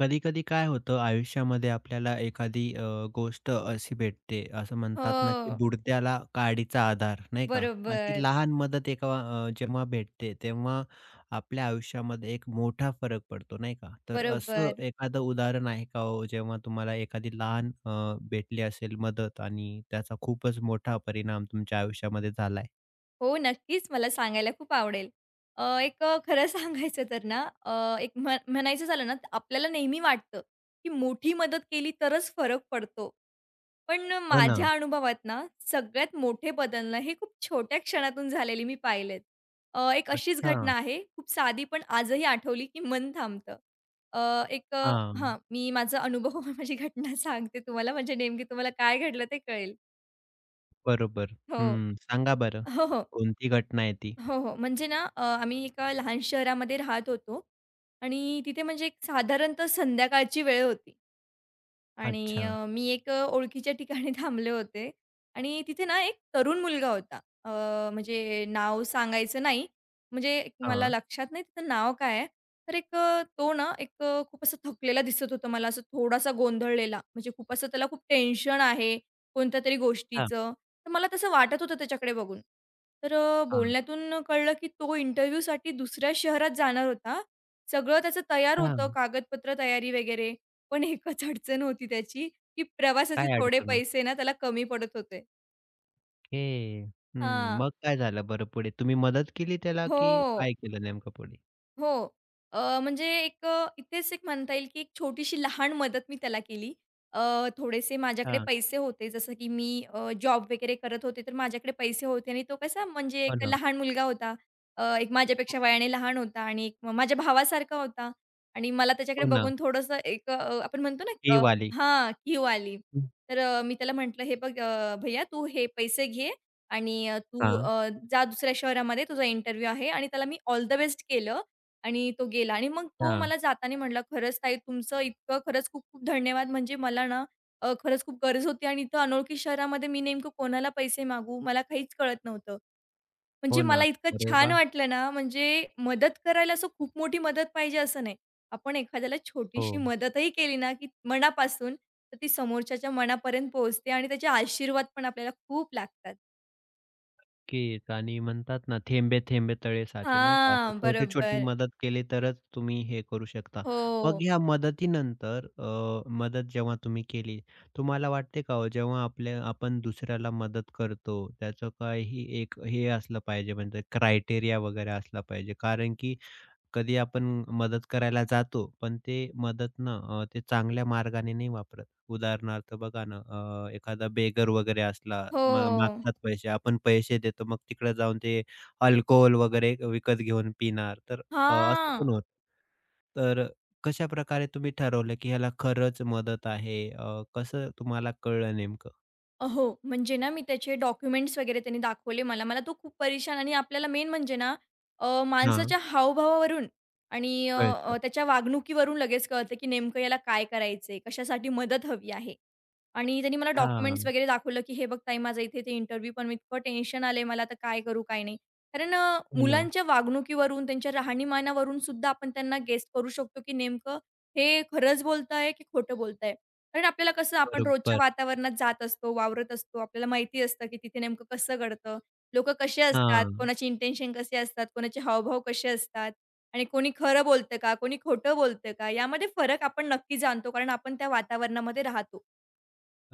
कधी-कधी काय होतं आयुष्यामध्ये आपल्याला एखादी गोष्ट अशी भेटते, असं म्हणतात ना, की हो. बुडत्याला काडीचा आधार, नाही का? अशी बरोबर, लहान मदत एका जेव्हा भेटते, तेव्हा आपल्या आयुष्यामध्ये एक मोठा फरक पडतो, नाही का? तर असं बरोबर. एखादं उदाहरण आहे का हो, जेव्हा तुम्हाला एखादी लहान भेटली असेल मदत आणि त्याचा खूपच मोठा परिणाम तुमच्या आयुष्यामध्ये झालाय? हो, नक्कीच मला सांगायला खूप आवडेल. खरं सांगायचं तर ना, एक म्हणायचं झालं ना, आपल्याला नेहमी वाटतं, की मोठी मदत केली तरच फरक पडतो. पण हो ना. माझ्या अनुभवात ना, सगळ्यात मोठे बदलणं हे खूप छोट्या क्षणातून झालेले मी पाहिलेत. एक अशीच अच्छा. घटना आहे, खूप साधी पण आजही आठवली की मन थांबतं. अ, एक अ, हां. हां, मी माझा अनुभव, माझी घटना सांगते तुम्हाला म्हणजे नेमकी तुम्हाला काय घडलं ते कळेल. बरोबर. हो. हं. सांगा बरं. हो, हो. कोणती घटना आहे ती? हो, हो. म्हणजे ना आम्ही एका लहान शहरामध्ये राहत होतो आणि तिथे म्हणजे एक साधारणतः संध्याकाळची वेळ होती. आणि अच्छा. मी ओळखीच्या ठिकाणी थांबले होते आणि तिथे ना एक तरुण मुलगा होता. अ, म्हणजे नाव सांगायचं नाही. म्हणजे एक मला हां. लक्षात नाही त्याचं नाव काय आहे. तर तो ना खूप असं थकलेला दिसत होता मला असं थोडासा गोंधळलेला. म्हणजे खूप असं त्याला खूप टेन्शन आहे कोणत्यातरी हां, गोष्टीचं. तर मला तसं वाटत होतं त्याच्याकडे बघून. तर हां, बोलण्यातून कळलं की तो इंटरव्ह्यूसाठी दुसऱ्या शहरात जाणार होता. सगळं त्याचं तयार हां. होतं कागदपत्र तयारी वगैरे. पण एकच अडचण होती त्याची, की प्रवासाचे काय थोडे अडचण होती? पैसे ना त्याला कमी पडत होते. ओके. हं. हां. मग काय झालं बरं पुढे? तुम्ही मदत केली त्याला की हो. काय केलं नेमकं पुढे? हो. म्हणजे इथेच एक म्हणता येईल की एक छोटीशी लहान मदत मी त्याला केली. थोडेसे माझ्याकडे हां. पैसे होते, जसं की मी जॉब वगैरे करत होते, तर माझ्याकडे पैसे होते आणि तो कसा म्हणजे हो एक ना, लहान मुलगा होता. एक माझ्यापेक्षा वयाने लहान होता आणि एक माझ्या भावासारखा होता आणि मला त्याच्याकडे हो ना. बघून थोडंसं आपण म्हणतो ना ही अ, वाली. हां, कीव आली. हं. तर मी त्याला म्हटलं, "हे बघ भैय्या तू हे पैसे घे आणि तू हां, जा दुसऱ्या शहरामध्ये तुझा इंटरव्ह्यू आहे" आणि त्याला मी ऑल द बेस्ट केलं आणि तो गेला आणि मग तो हां. मला जाताना म्हटला, "खरंच ताई तुमचं इतकं खरंच खूप-खूप धन्यवाद. म्हणजे मला ना खरंच खूप गरज होती आणि इथं अनोळखी शहरामध्ये मी नेमकं कोणाला पैसे मागू? मला काहीच कळत नव्हतं." म्हणजे हो ना. मला इतकं अरे छान वाह! वाटलं ना, म्हणजे मदत करायला असं खूप मोठी मदत पाहिजे असं नाही. आपण एखाद्याला छोटीशी हो. मदतही केली ना, की मनापासून, तर ती समोरच्याच्या मनापर्यंत पोहोचते आणि त्याचे आशीर्वाद पण आपल्याला खूप लागतात. नक्कीच आणि म्हणतात ना, "थेंबे थेंबे तळे साचे" नाही का? असं हां, छोटी-छोटी बरोबर. मदत केली तरच तुम्ही हे करू शकता. मग हो, ह्या मदतीनंतर मदत जेव्हा तुम्ही केली, तुम्हाला वाटते का हो, जेव्हा आपल्या आपण दुसऱ्याला मदत करतो, त्याचं काही एक हे असलं पाहिजे म्हणजे क्रायटेरिया वगैरे असला पाहिजे. कारण की कधी आपण मदत करायला जातो, पण ते मदत ना ते चांगल्या मार्गाने नाही वापरत. उदाहरणार्थ बघा ना, एखादा बेगर वगैरे असला, मग हो. मागतात पैसे, आपण पैसे देतो, मग तिकडे जाऊन ते अल्कोहोल वगैरे विकत घेऊन पिणार. तर असं हां. पण होतं. तर कशाप्रकारे तुम्ही ठरवलं, की ह्याला खरंच मदत आहे? कसं तुम्हाला कळलं नेमकं? हो. म्हणजे ना, मी त्याचे डॉक्युमेंट्स वगैरे त्यांनी दाखवले मला. मला तो खूप परेशान आणि आपल्याला मेन म्हणजे ना, हां, माणसाच्या हावभावावरून आणि अ, कळतं. अ, त्याच्या वागणुकीवरून लगेच कळतं, की नेमकं याला काय करायचंय, कशासाठी मदत हवी आहे. आणि त्यांनी मला डॉक्युमेंट्स हां, वगैरे दाखवलं, की "हे बघ ताई, माझा इथे ते इंटरव्ह्यू पण इतकं टेन्शन आलंय मला, आता काय करू, काय नाही." कारण हो ना. मुलांच्या वागणुकीवरून, त्यांच्या राहणीमानावरून सुद्धा आपण त्यांना गेस करू शकतो, की नेमकं हे खरंच बोलताय, की खोटं बोलताय. कारण आपल्याला कसं आपण रोजच्या बरोबर. वातावरणात जात असतो, वावरत असतो. आपल्याला माहिती असतं, की तिथे नेमकं कसं घडतं. लोकं कसे असतात, हां, कोणाचे इंटेन्शन कसे असतात, कोणाचे हावभाव कसे असतात आणि कोणी खरं बोलतं का, कोणी खोटं बोलतं का, यामध्ये फरक आपण नक्की जाणतो कारण आपण त्या वातावरणामध्ये राहतो.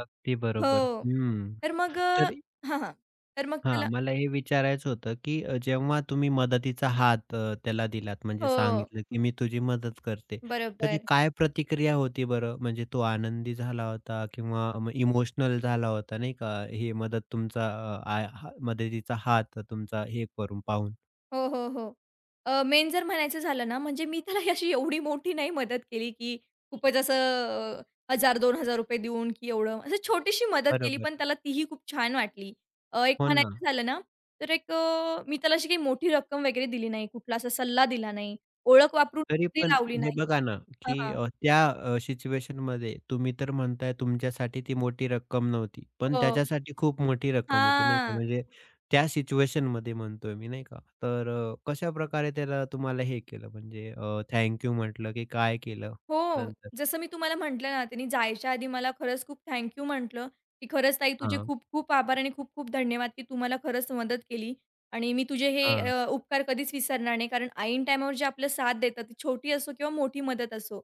अगदी हो. बरोबर. हं. तर मग अ तर हां, हां. तर मग हां, त्याला मला हे विचारायचं होतं, की जेव्हा तुम्ही मदतीचा हात त्याला दिलात म्हणजे हो, सांगितलं, की "मी तुझी मदत करते." त्याची बरोबर. काय प्रतिक्रिया होती बरं? म्हणजे तो आनंदी झाला होता किंवा मग इमोशनल झाला होता नाही का? हे मदत तुमचा हा मदतीचा हात तुमचा हे करून पाहून. हो, हो, हो. मेन जर म्हणायचं झालं ना, म्हणजे मी त्याला अशी एवढी मोठी नाही मदत केली, की खूपच असं ₹1000-2000 देऊन, की एवढं असं छोटीशी मदत केली, बरोबर. पण त्याला तीही खूप छान वाटली. एक हो ना. म्हणायचं झालं ना, तर मी त्याला अशी काही मोठी रक्कम वगैरे दिली नाही, कुठला असा सल्ला दिला नाही, ओळख वापरून तरी नोकरी पण लावली हे नाही. बघा ना, हां, की हां. त्या सिच्युएशनमध्ये तुम्ही तर म्हणताय तुमच्यासाठी ती मोठी रक्कम नव्हती. पण हो. त्याच्यासाठी खूप मोठी रक्कम होती नाही का? हां. म्हणजे त्या सिच्युएशनमध्ये म्हणतोय मी नाही का? तर कशा प्रकारे त्याला तुम्हाला हे केलं म्हणजे थँक यू म्हटलं की काय केलं हो. नंतर? जसं मी तुम्हाला म्हटलं ना, त्यांनी जायच्या आधी मला खरंच खूप थँक यू म्हटलं, की "खरंच ताई तुझे हां, खूप-खूप आभार आणि खूप-खूप धन्यवाद की तू खरंच मदत केली आणि मी तुझे हे हां, उपकार कधीच विसरणार नाही." कारण आईन टाईमावर जे आपलं साथ देतात, ती छोटी असो किंवा मोठी मदत असो.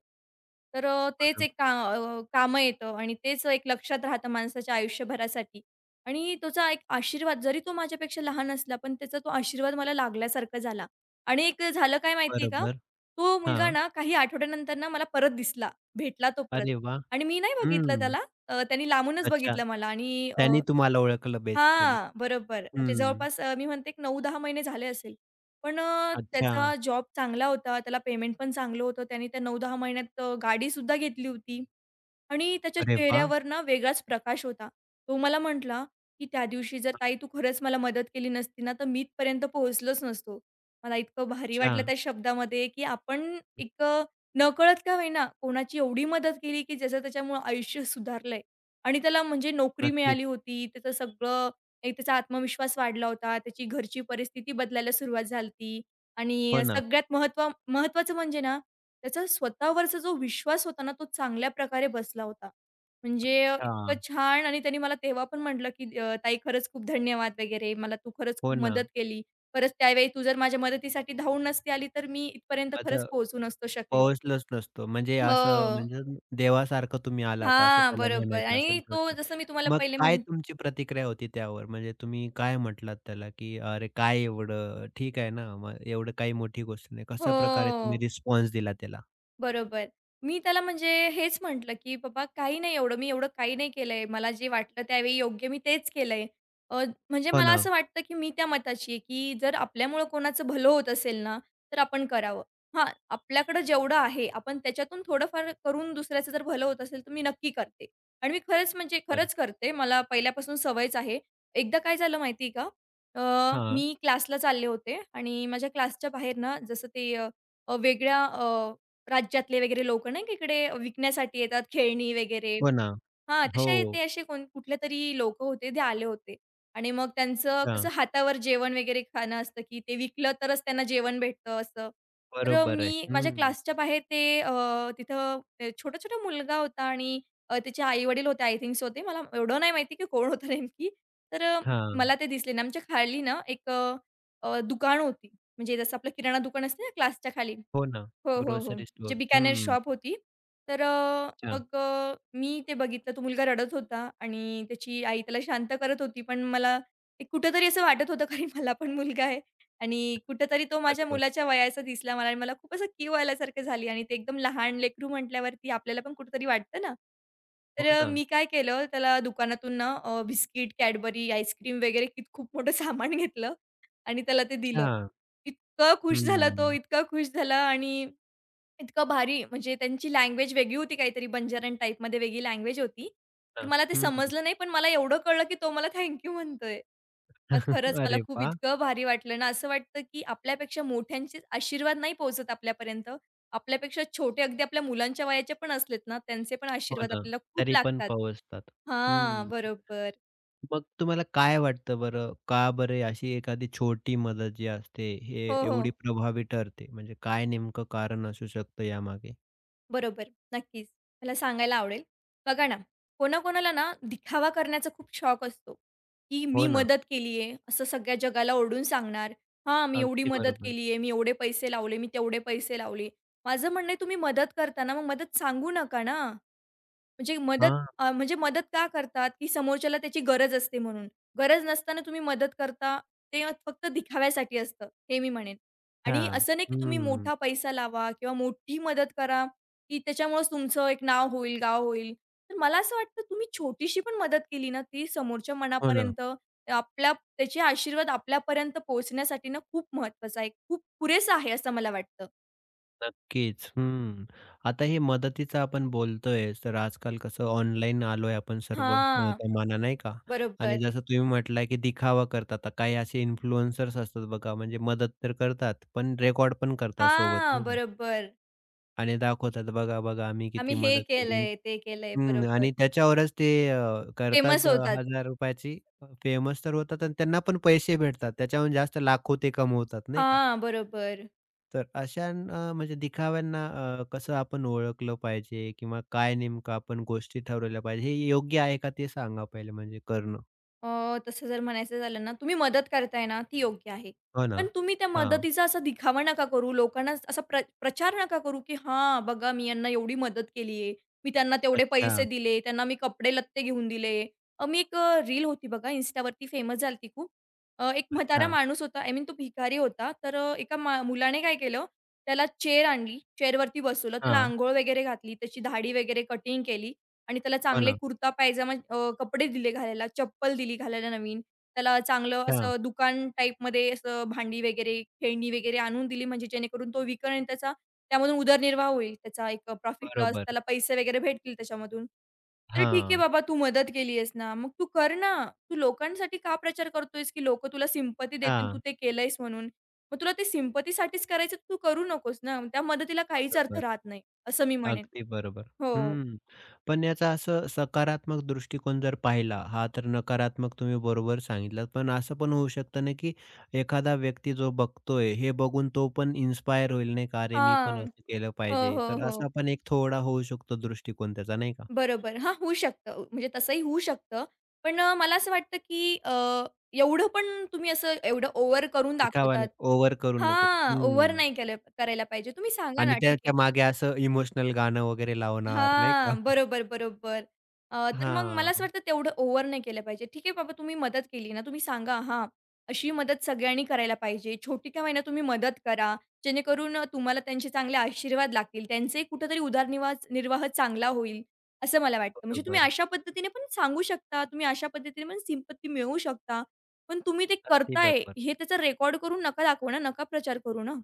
तर तेच हां. कामं येतं आणि तेच एक लक्षात राहतं माणसाच्या आयुष्यभरासाठी आणि त्याचा एक आशीर्वाद जरी तो माझ्यापेक्षा लहान असला, पण त्याचा तो आशीर्वाद मला लागल्यासारखा झाला आणि एक झालं काय माहिती आहे का बरोबर. तो मुलगा हां. ना काही आठवड्यानंतर ना मला परत दिसला, भेटला तो परत अरे वाह! आणि मी नाही बघितलं हं. त्याला. त्यांनी लांबूनच अच्छा. बघितलं मला आणि त्यांनी तुम्हाला ओळखलं बेसिकली. हां, बरोबर. म्हणजे हं. जवळपास मी म्हणते एक 9-10 महिने झाले असेल. पण अच्छा. त्याचा जॉब चांगला होता, त्याला पेमेंट पण चांगलं होतं. त्याने त्या 9-10 महिन्यात गाडीसुद्धा घेतली होती. आणि त्याच्या अरे वाह! चेहऱ्यावर ना वेगळाच प्रकाश होता. तो मला म्हटला, की "त्या दिवशी जर ताई तू खरंच मला मदत केली नसती ना, तर मी इथपर्यंत पोहोचलोच नसतो." मला इतकं भारी अच्छा. वाटलं त्या शब्दामध्ये, की आपण नकळत का होईना कोणाची एवढी मदत केली, की ज्याचं त्याच्यामुळं आयुष्य सुधारलंय आणि त्याला म्हणजे नोकरी नक्कीच. मिळाली होती. त्याचं सगळं एक त्याचा आत्मविश्वास वाढला होता. त्याची घरची परिस्थिती बदलायला सुरुवात झाली हो आणि ना. सगळ्यात महत्त्वाचं म्हणजे ना, त्याचा स्वतःवरचा जो विश्वास होता ना, तो चांगल्या प्रकारे बसला होता. म्हणजे इतकं हां. छान आणि त्यांनी मला तेव्हा पण म्हटलं, की "ताई खरंच खूप धन्यवाद वगैरे. मला तू खरंच हो खूप ना. मदत केली. खरंच त्यावेळी तू जर माझ्या मदतीसाठी धावून नसती आली, तर मी इथपर्यंत खरंच माझं पोहोचू नसतो शकलो." पाऊसलाच नसतो. म्हणजे असं हो. म्हणजे देवासारखं तुम्ही आलात असं हां, त्याला बरोबर म्हणायचं असेल आणि तो थोडक्यात. जसं मी तुम्हाला मग पहिले काय म्हण तुमची प्रतिक्रिया होती त्यावर? म्हणजे तुम्ही काय म्हटलात त्याला, की "अरे काय एवढं? ठीक आहे ना, मग एवढं काही मोठी गोष्ट नाही." हो. कशाप्रकारे तुम्ही रिस्पॉन्स दिला त्याला? बरोबर. मी त्याला म्हणजे हेच म्हटलं, की "बाबा काही नाही एवढं, मी एवढं काही नाही केलंय. मला जे वाटलं त्यावेळी योग्य मी तेच केलंय." अ, म्हणजे हो मला ना. असं वाटतं, की मी त्या मताची आहे, की जर आपल्यामुळं कोणाचं भलं होत असेल ना, तर आपण करावं. हां, आपल्याकडं जेवढं आहे, आपण त्याच्यातून थोडंफार करून दुसऱ्याचं जर भलं होत असेल, तर मी नक्की करते. आणि मी खरंच म्हणजे बरं. खरंच करते. मला पहिल्यापासून सवयच आहे. एकदा काय झालं माहिती का? हां. मी क्लासला चालले होते आणि माझ्या क्लासच्या बाहेर ना, जसं ते वेगळ्या राज्यातले वगैरे लोकं नाही का इकडे विकण्यासाठी येतात खेळणी वगैरे. हो ना. हां, तसे ते हो. असे कोण कुठलेतरी लोकं होते ते आले होते. आणि मग त्यांचं कसं हां. हातावर जेवण वगैरे खाणं असतं, की ते विकलं तरच त्यांना जेवण भेटतं असं. तर बरोबर मी आहे. माझ्या हं. क्लासच्या बाहेर ते तिथं छोटा-छोटा मुलगा होता आणि त्याचे आई-वडील होते आय थिंक्स होते. मला एवढं नाही माहिती की कोण होतं नेमकी. तर मला हां. ते दिसले ना आमच्या खाली ना दुकान होती. म्हणजे जसं आपलं किराणा दुकान असते ना क्लासच्या खाली. हो ना. हो, हो, हो. ग्रोसरी म्हणजे स्टोअर. बिकानेर हं. शॉप होती. तर अच्छा. मग मी ते बघितलं. तो मुलगा रडत होता आणि त्याची आई त्याला शांत करत होती. पण मला एक कुठेतरी असं वाटत होतं, कारण मला पण मुलगा आहे आणि कुठेतरी तो माझ्या बरोबर. मुलाच्या वयाचा दिसला मला आणि मला खूप असं कीव आल्यासारखं झाली आणि ते एकदम लहान लेकरू म्हटल्यावरती आपल्याला पण कुठेतरी वाटतं ना. तर हो ना. मी काय केलं, त्याला दुकानातून ना बिस्किट, Cadbury, आईस्क्रीम वगैरे कित खूप मोठं सामान घेतलं आणि त्याला ते अच्छा. दिलं. इतका खुश झाला तो, हं. इतका खुश झाला आणि इतकं भारी म्हणजे त्यांची लँग्वेज वेगळी होती काहीतरी बंजारन टाईपमध्ये वेगळी लँग्वेज होती. तर हां. मला ते हं. समजलं नाही, पण मला एवढं कळलं, की तो मला थँक यू म्हणतोय. मग खरंच मला अरे खूप वाह! इतकं भारी वाटलं ना, असं वाटतं, की आपल्यापेक्षा मोठ्यांचे आशीर्वाद नाही पोहोचत आपल्यापर्यंत. आपल्यापेक्षा छोटे अगदी आपल्या मुलांच्या वयाचे पण असलेत ना, त्यांचे पण हो आशीर्वाद ना. आपल्याला खूप तरी पण लागतात. पोहोचतात. हां, हं. बरोबर. मग तुम्हाला काय वाटतं बरं, का बरं ही अशी एखादी छोटी मदत जी असते, हे हो, एवढी हो. प्रभावी ठरते? म्हणजे काय नेमकं कारण असू शकतं यामागे? बरोबर, नक्कीच. मला सांगायला आवडेल. बघा ना, कोणाकोणाला ना दिखावा करण्याचा खूप शौक असतो, की मी हो ना. मदत केली आहे, असं सगळ्या जगाला ओरडून सांगणार. हां, मी एवढी अगदी मदत बरोबर. केली आहे, मी एवढे पैसे लावले, मी तेवढे पैसे लावले. माझं म्हणणं आहे तुम्ही मदत करताना मग मदत सांगू नका ना. म्हणजे मदत हां, म्हणजे मदत का करतात? की समोरच्याला त्याची गरज असते म्हणून. गरज नसताना तुम्ही मदत करता, ते फक्त दिखाव्यासाठी असतं, हे मी म्हणेन. आणि अच्छा. असं नाही की तुम्ही हं. मोठा पैसा लावा किंवा मोठी मदत करा, की त्याच्यामुळेच तुमचं एक नाव होईल, गाव होईल. तर मला असं वाटतं तुम्ही छोटीशी पण मदत केली ना, ती समोरच्या हो ना. मनापर्यंत आपल्या त्याचे आशीर्वाद आपल्यापर्यंत पोहोचण्यासाठी ना, खूप महत्त्वाचा आहे. खूप पुरेसा आहे असं मला वाटतं. नक्कीच. हं. आता हे मदतीचं आपण बोलतोय, तर आजकाल कसं ऑनलाईन आलोय आपण सर्व हां. जमाना नाही का? आणि बरोबर. जसं तुम्ही म्हटलं की दिखावा करतात. आता काही असे इन्फ्लुएन्सर्स असतात बघा, म्हणजे मदत तर करतात, पण रेकॉर्ड पण करतात सोबत हां, नाही का? बरोबर. आणि दाखवतात, बघा-बघा आम्ही आम्ही किती हे मदत केली. केलंय, ते केलंय. हं. बरोबर. आणि त्याच्यावरच ते फेमस करतात होतात. ₹1000 ची फेमस तर होतात आणि त्यांना पण पैसे भेटतात. त्याच्याहून जास्त लाखो ते कमवतात नाही का? हां, बरोबर. तर अशांना म्हणजे दिखाव्यांना कसं आपण ओळखलं पाहिजे किंवा काय नेमकं आपण गोष्टी ठरवल्या पाहिजे? हे योग्य आहे का ते सांगा पहिले म्हणजे करणं? अ, तसं जर म्हणायचं झालं ना, तुम्ही मदत करताय ना, ती योग्य आहे. हो पण ना. तुम्ही त्या हां. मदतीचा असा दिखावा नका करू. लोकांना असा प्रचार नका करू, की "हां, बघा मी यांना एवढी मदत केली आहे. मी त्यांना तेवढे अच्छा, पैसे दिले, त्यांना मी कपडे-लत्ते घेऊन दिले." मी रील होती बघा Instaवरती फेमस झाली ती खूप. एक म्हातारा अच्छा. माणूस होता, आय मीन तो भिकारी होता. तर एका मुलाने काय केलं, त्याला चेअर आणली, चेअरवरती बसवलं, त्याला हां. अंघोळ वगैरे घातली, त्याची दाढी वगैरे कटिंग केली आणि त्याला हो चांगले ना. कुर्ता पायजामा कपडे दिले घालायला, चप्पल दिली घालायला नवीन. त्याला चांगलं अच्छा. असं दुकान टाईपमध्ये असं भांडी वगैरे, खेळणी वगैरे आणून दिली म्हणजे जेणेकरून तो विकेल आणि त्याचा त्यामधून उदरनिर्वाह होईल. त्याचा एक प्रॉफिट लॉस बरोबर. त्याला पैसे वगैरे भेटतील त्याच्यामधून. तर ठीक आहे हां. बाबा तू मदत केली आहेस ना, मग तू कर ना. तू लोकांसाठी का प्रचार करतोयस, की लोकं तुला सिम्पती देतील तू अच्छा. ते केलंयस म्हणून? मग तुला ते सिम्पतीसाठीच करायचं तर तू करू नकोस ना. त्या मदतीला काहीच अर्थ बरोबर. राहत नाही, असं मी म्हणेन. अगदी बरोबर. हो. हं. पण याचा असं सकारात्मक दृष्टिकोन जर पाहिला, हा तर नकारात्मक तुम्ही बरोबर सांगितलात. पण असं पण होऊ शकतं ना, की एखादा व्यक्ती जो बघतोय, हे बघून तो पण इन्स्पायर होईल नाही का? "अरे, मी पण हां. असं केलं हो, पाहिजे." हो, तर हो. असा पण एक थोडा होऊ शकतो दृष्टिकोन त्याचा नाही का? बरोबर. हां, होऊ शकतं. म्हणजे तसंही होऊ शकतं. पण मला असं वाटतं, की एवढं पण तुम्ही असं एवढं ओव्हर करून दिखावा दाखवतात नाही, ओव्हर करू नका. हां, ओव्हर हं. नाही केलं करायला पाहिजे. तुम्ही सांगा आणि ना, "ठीक आहे." त्याच्या मागे असं इमोशनल गाणं वगैरे लावणार नाही का? हां, बरोबर, बरोबर. तर मग मला असं हां, वाटतं तेवढं ओव्हर नाही केलं पाहिजे. ठीक आहे बाबा तुम्ही मदत केली ना, तुम्ही सांगा हां, अशी मदत सगळ्यांनी करायला पाहिजे. छोटी का होईना तुम्ही मदत करा. जेणेकरून तुम्हाला त्यांचे चांगले आशीर्वाद लागतील. त्यांचंही कुठेतरी उदरनिर्वाह चांगला होईल, असं मला वाटतं. म्हणजे तुम्ही बरोबर. अशा पद्धतीने पण सांगू शकता. तुम्ही अशा पद्धतीने पण सिंपत्ती मिळवू शकता. पण तुम्ही ते अगदी करताय बरोबर. हे त्याचा रेकॉर्ड करून नका दाखवू ना, नका प्रचार करू ना.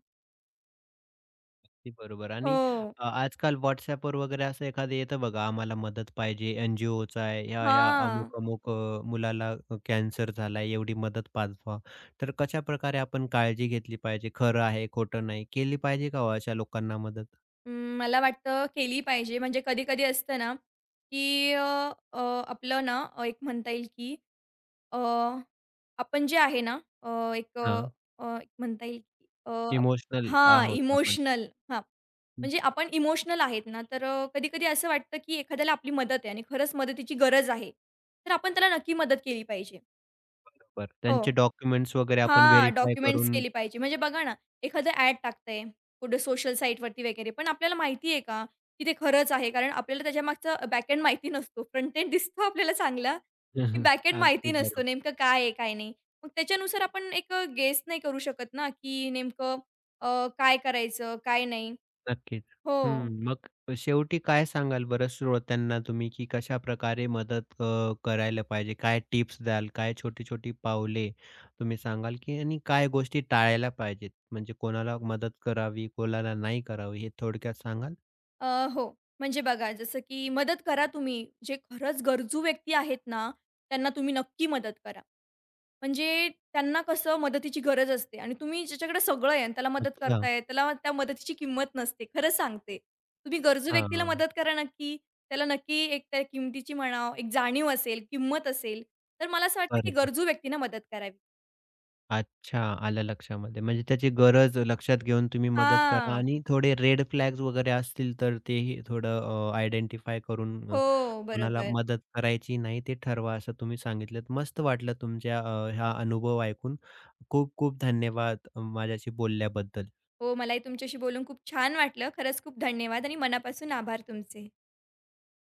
अगदी बरोबर आणि हो. आजकाल WhatsAppवर वगैरे असं एखादं येतं बघा, आम्हाला मदत पाहिजे, एन-जी-ओचा आहे, ह्या-ह्या हां. अमुक-अमुक मुलाला कॅन्सर झालाय, एवढी मदत पाठवा. तर कशाप्रकारे आपण काळजी घेतली पाहिजे? खरं आहे, खोटं नाही. केली पाहिजे का हो अशा लोकांना मदत? अं, मला वाटतं केली पाहिजे. म्हणजे कधी-कधी असतं ना, की अ, अ, आपलं ना एक म्हणता येईल की अ, आपण जे आहे ना अ, एक अ, हां, अ, एक म्हणता येईल की इमोशनल हां, आहोत आपण. इमोशनल हां, हं, म्हणजे आपण इमोशनल आहेत ना, तर कधी-कधी असं वाटतं की एखाद्याला आपली मदत आहे आणि खरंच मदतीची गरज आहे, तर आपण त्याला नक्की मदत केली पाहिजे. बरोबर. हो. त्यांचे डॉक्युमेंट्स वगैरे आपण हां, व्हेरिफाय डॉक्युमेंट्स करून केली पाहिजे. म्हणजे बघा ना, एखादं ॲड टाकतंय कुठे सोशल साईटवरती वगैरे, पण आपल्याला माहिती आहे का, की ते खरंच आहे? कारण आपल्याला त्याच्यामागचा बॅकएंड माहिती नसतो. फ्रंट एंड दिसतो आपल्याला चांगला, की बॅकएंड अगदी माहिती नसतो बरोबर. नेमकं काय आहे, काय नाही. मग त्याच्यानुसार आपण एक गेस नाही करू शकत ना, की नेमकं काय करायचं, काय नाही? नक्कीच. हं. हो. मग शेवटी काय सांगाल बरं श्रोत्यांना तुम्ही, की कशाप्रकारे मदत करायला पाहिजे? काय टिप्स द्याल? काय छोटी-छोटी पावले तुम्ही सांगाल, की आणि काय गोष्टी टाळायला पाहिजेत? म्हणजे कोणाला मदत करावी, कोणाला नाही करावी हे थोडक्यात सांगाल? अ, हो. म्हणजे बघा जसं की मदत करा तुम्ही. जे खरंच गरजू व्यक्ती आहेत ना, त्यांना तुम्ही नक्की मदत करा. म्हणजे त्यांना कसं मदतीची गरज असते आणि तुम्ही ज्याच्याकडे सगळं आहे आणि त्याला मदत अच्छा. करताय, त्याला त्या मदतीची किंमत नसते. खरंच सांगते. तुम्ही गरजू हां, व्यक्तीला हां. मदत करा नक्की. त्याला नक्की एक त्या किमतीची म्हणा, एक जाणीव असेल, किंमत असेल. तर मला असं वाटतं की बरोबर. गरजू व्यक्तींना मदत करावी. अच्छा. आलं लक्षामध्ये. म्हणजे त्याची गरज लक्षात घेऊन तुम्ही मदत करा हां. आणि थोडे रेड फ्लॅग्स वगैरे असतील तर तेही थोडं आयडेंटिफाय करून हो, कुणाला बरोबर. मदत करायची नाही ते ठरवा असं तुम्ही सांगितलंत. मस्त वाटलं तुमच्या हा अनुभव ऐकून. खूप खूप धन्यवाद माझ्याशी बोलल्याबद्दल. हो, मलाही तुमच्याशी बोलून खूप छान वाटलं. खरंच खूप धन्यवाद आणि मनापासून आभार तुमचे.